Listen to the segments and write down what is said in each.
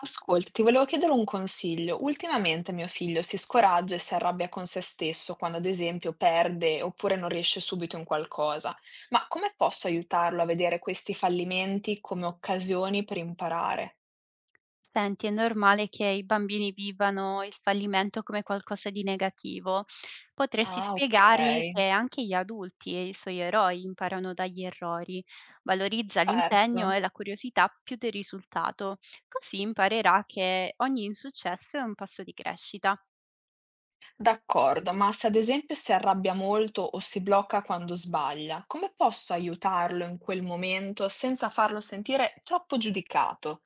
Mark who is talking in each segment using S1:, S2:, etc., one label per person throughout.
S1: Ascolta, ti volevo chiedere un consiglio. Ultimamente mio figlio si scoraggia e si arrabbia con se stesso quando, ad esempio, perde oppure non riesce subito in qualcosa. Ma come posso aiutarlo a vedere questi fallimenti come occasioni per imparare?
S2: Senti, è normale che i bambini vivano il fallimento come qualcosa di negativo. Potresti
S1: Ah, ok,
S2: spiegare che anche gli adulti e i suoi eroi imparano dagli errori. Valorizza l'impegno
S1: certo.
S2: e la curiosità più del risultato. Così imparerà che ogni insuccesso è un passo di crescita.
S1: D'accordo, ma se ad esempio si arrabbia molto o si blocca quando sbaglia, come posso aiutarlo in quel momento senza farlo sentire troppo giudicato?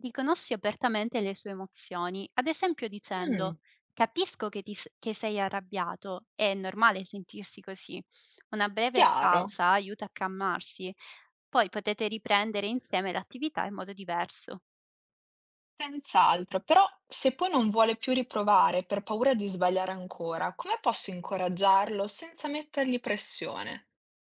S2: Riconosci apertamente le sue emozioni, ad esempio
S1: Mm,
S2: dicendo: capisco che, che sei arrabbiato, è normale sentirsi così. Una breve
S1: chiaro.
S2: pausa aiuta a calmarsi. Poi potete riprendere insieme l'attività in modo diverso.
S1: Senz'altro, però se poi non vuole più riprovare per paura di sbagliare ancora, come posso incoraggiarlo senza mettergli pressione?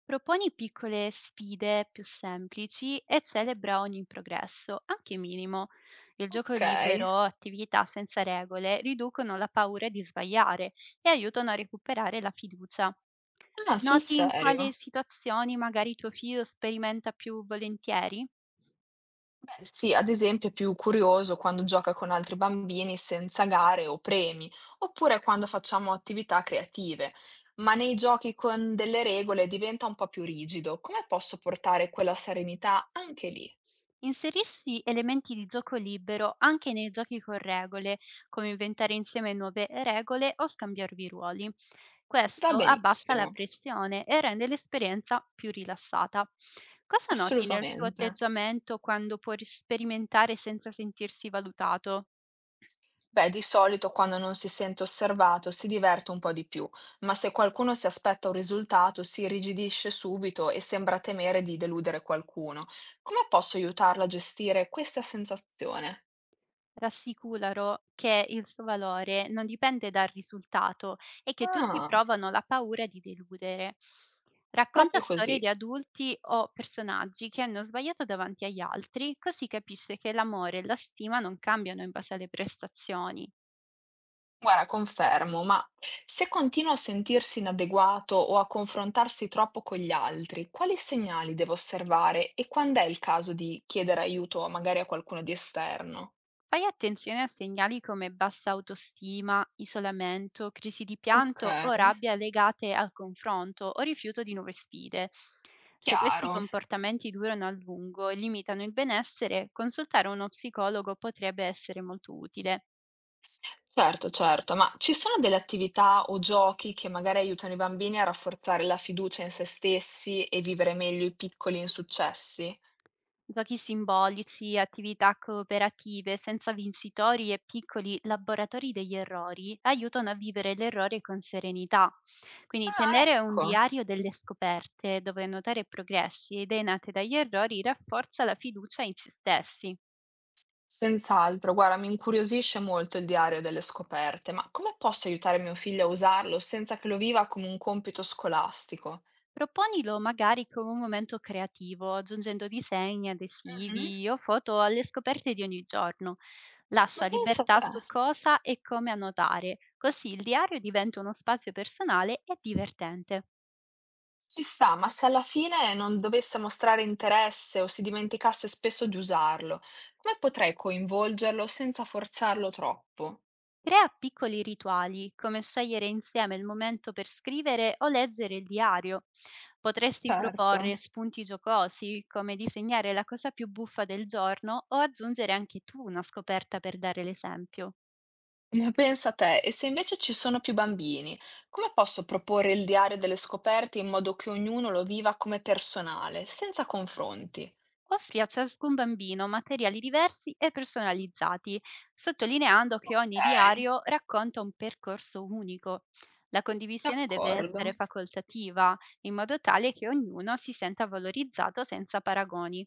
S2: Proponi piccole sfide più semplici e celebra ogni progresso, anche minimo. Il gioco
S1: Ok,
S2: libero, attività senza regole, riducono la paura di sbagliare e aiutano a recuperare la fiducia.
S1: ah, sul
S2: Noti in quali
S1: serio?
S2: situazioni magari tuo figlio sperimenta più volentieri?
S1: Beh, sì, ad esempio è più curioso quando gioca con altri bambini senza gare o premi, oppure quando facciamo attività creative, ma nei giochi con delle regole diventa un po' più rigido. Come posso portare quella serenità anche lì?
S2: Inserisci elementi di gioco libero anche nei giochi con regole, come inventare insieme nuove regole o scambiarvi ruoli.
S1: Va
S2: Questo abbassa la
S1: benissimo,
S2: pressione e rende l'esperienza più rilassata. Cosa noti nel suo
S1: assolutamente.
S2: atteggiamento quando può sperimentare senza sentirsi valutato?
S1: Beh, di solito quando non si sente osservato si diverte un po' di più, ma se qualcuno si aspetta un risultato si irrigidisce subito e sembra temere di deludere qualcuno. Come posso aiutarla a gestire questa sensazione?
S2: Rassicuralo che il suo valore non dipende dal risultato e che tutti
S1: Ah,
S2: provano la paura di deludere. Racconta
S1: proprio
S2: storie
S1: così.
S2: di adulti o personaggi che hanno sbagliato davanti agli altri, così capisce che l'amore e la stima non cambiano in base alle prestazioni.
S1: Guarda, confermo, ma se continua a sentirsi inadeguato o a confrontarsi troppo con gli altri, quali segnali devo osservare e quando è il caso di chiedere aiuto magari a qualcuno di esterno?
S2: Fai attenzione a segnali come bassa autostima, isolamento, crisi di
S1: Ok,
S2: pianto o rabbia legate al confronto o rifiuto di nuove sfide. Se questi
S1: chiaro.
S2: comportamenti durano a lungo e limitano il benessere, consultare uno psicologo potrebbe essere molto utile.
S1: Certo, certo, ma ci sono delle attività o giochi che magari aiutano i bambini a rafforzare la fiducia in se stessi e vivere meglio i piccoli insuccessi?
S2: Giochi simbolici, attività cooperative senza vincitori e piccoli laboratori degli errori aiutano a vivere l'errore con serenità. Quindi
S1: Ah,
S2: tenere un
S1: ecco.
S2: diario delle scoperte dove notare progressi e idee nate dagli errori rafforza la fiducia in se stessi.
S1: Senz'altro, guarda, mi incuriosisce molto il diario delle scoperte, ma come posso aiutare mio figlio a usarlo senza che lo viva come un compito scolastico?
S2: Proponilo magari come un momento creativo, aggiungendo disegni,
S1: Mhm.
S2: adesivi o foto alle scoperte di ogni giorno.
S1: Ma
S2: Lascia
S1: pensa a
S2: libertà
S1: te.
S2: su cosa e come annotare, così il diario diventa uno spazio personale e divertente.
S1: Ci sta, ma se alla fine non dovesse mostrare interesse o si dimenticasse spesso di usarlo, come potrei coinvolgerlo senza forzarlo troppo?
S2: Crea piccoli rituali, come scegliere insieme il momento per scrivere o leggere il diario. Potresti
S1: Certo,
S2: proporre spunti giocosi, come disegnare la cosa più buffa del giorno o aggiungere anche tu una scoperta per dare l'esempio.
S1: ma pensa a te, e se invece ci sono più bambini, come posso proporre il diario delle scoperte in modo che ognuno lo viva come personale, senza confronti?
S2: Offrì a ciascun bambino materiali diversi e personalizzati, sottolineando che ogni
S1: Ok,
S2: diario racconta un percorso unico. La condivisione deve
S1: d'accordo.
S2: essere facoltativa, in modo tale che ognuno si senta valorizzato senza paragoni.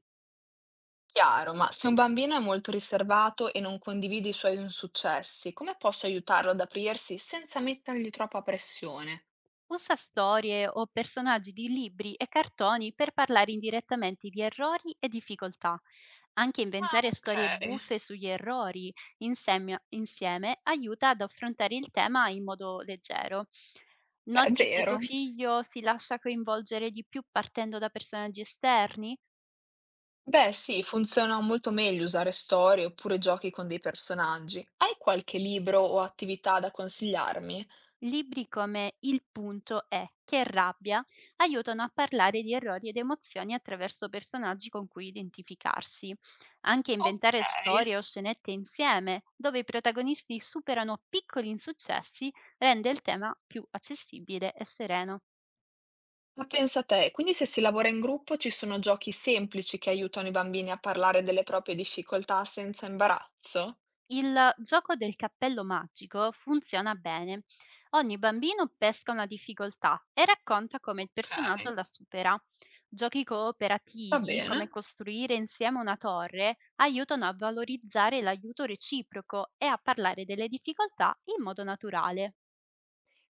S1: Chiaro, ma se un bambino è molto riservato e non condivide i suoi insuccessi, come posso aiutarlo ad aprirsi senza mettergli troppa pressione?
S2: Usa storie o personaggi di libri e cartoni per parlare indirettamente di errori e difficoltà. Anche
S1: Ah,
S2: inventare
S1: ok,
S2: storie buffe sugli errori insieme aiuta ad affrontare il tema in modo leggero.
S1: beh, è
S2: Noti se tuo
S1: vero.
S2: figlio si lascia coinvolgere di più partendo da personaggi esterni?
S1: Beh, sì, funziona molto meglio usare storie oppure giochi con dei personaggi. Hai qualche libro o attività da consigliarmi?
S2: Libri come Il punto è Che rabbia aiutano a parlare di errori ed emozioni attraverso personaggi con cui identificarsi. Anche
S1: Ok,
S2: inventare storie o scenette insieme, dove i protagonisti superano piccoli insuccessi, rende il tema più accessibile e sereno.
S1: ma pensa te, quindi se si lavora in gruppo ci sono giochi semplici che aiutano i bambini a parlare delle proprie difficoltà senza imbarazzo?
S2: Il gioco del cappello magico funziona bene. Ogni bambino pesca una difficoltà e racconta come il
S1: Ok,
S2: personaggio la supera. Giochi
S1: va
S2: cooperativi,
S1: bene.
S2: come costruire insieme una torre, aiutano a valorizzare l'aiuto reciproco e a parlare delle difficoltà in modo naturale.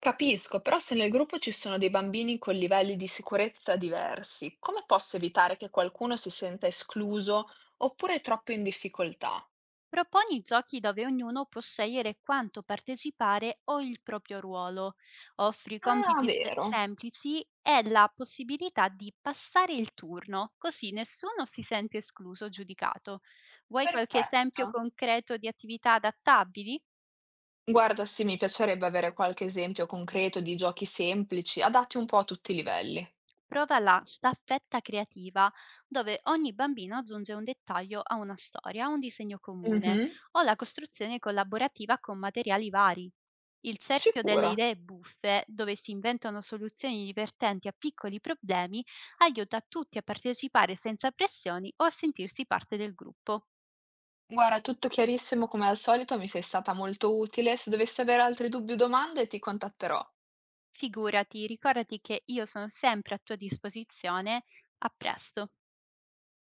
S1: Capisco, però se nel gruppo ci sono dei bambini con livelli di sicurezza diversi, come posso evitare che qualcuno si senta escluso oppure troppo in difficoltà?
S2: Proponi giochi dove ognuno può scegliere quanto partecipare o il proprio ruolo. Offri
S1: Ah,
S2: compiti
S1: vero.
S2: semplici e la possibilità di passare il turno, così nessuno si sente escluso o giudicato. Vuoi qualche
S1: Perfetto.
S2: esempio concreto di attività adattabili?
S1: Guarda, sì, mi piacerebbe avere qualche esempio concreto di giochi semplici, adatti un po' a tutti i livelli.
S2: Prova la staffetta creativa, dove ogni bambino aggiunge un dettaglio a una storia, un disegno comune
S1: Mhm.
S2: o la costruzione collaborativa con materiali vari. Il cerchio delle
S1: Sicuro.
S2: idee buffe, dove si inventano soluzioni divertenti a piccoli problemi, aiuta tutti a partecipare senza pressioni o a sentirsi parte del gruppo.
S1: Guarda, tutto chiarissimo come al solito, mi sei stata molto utile. Se dovessi avere altri dubbi o domande, ti contatterò.
S2: Figurati, ricordati che io sono sempre a tua disposizione. A presto.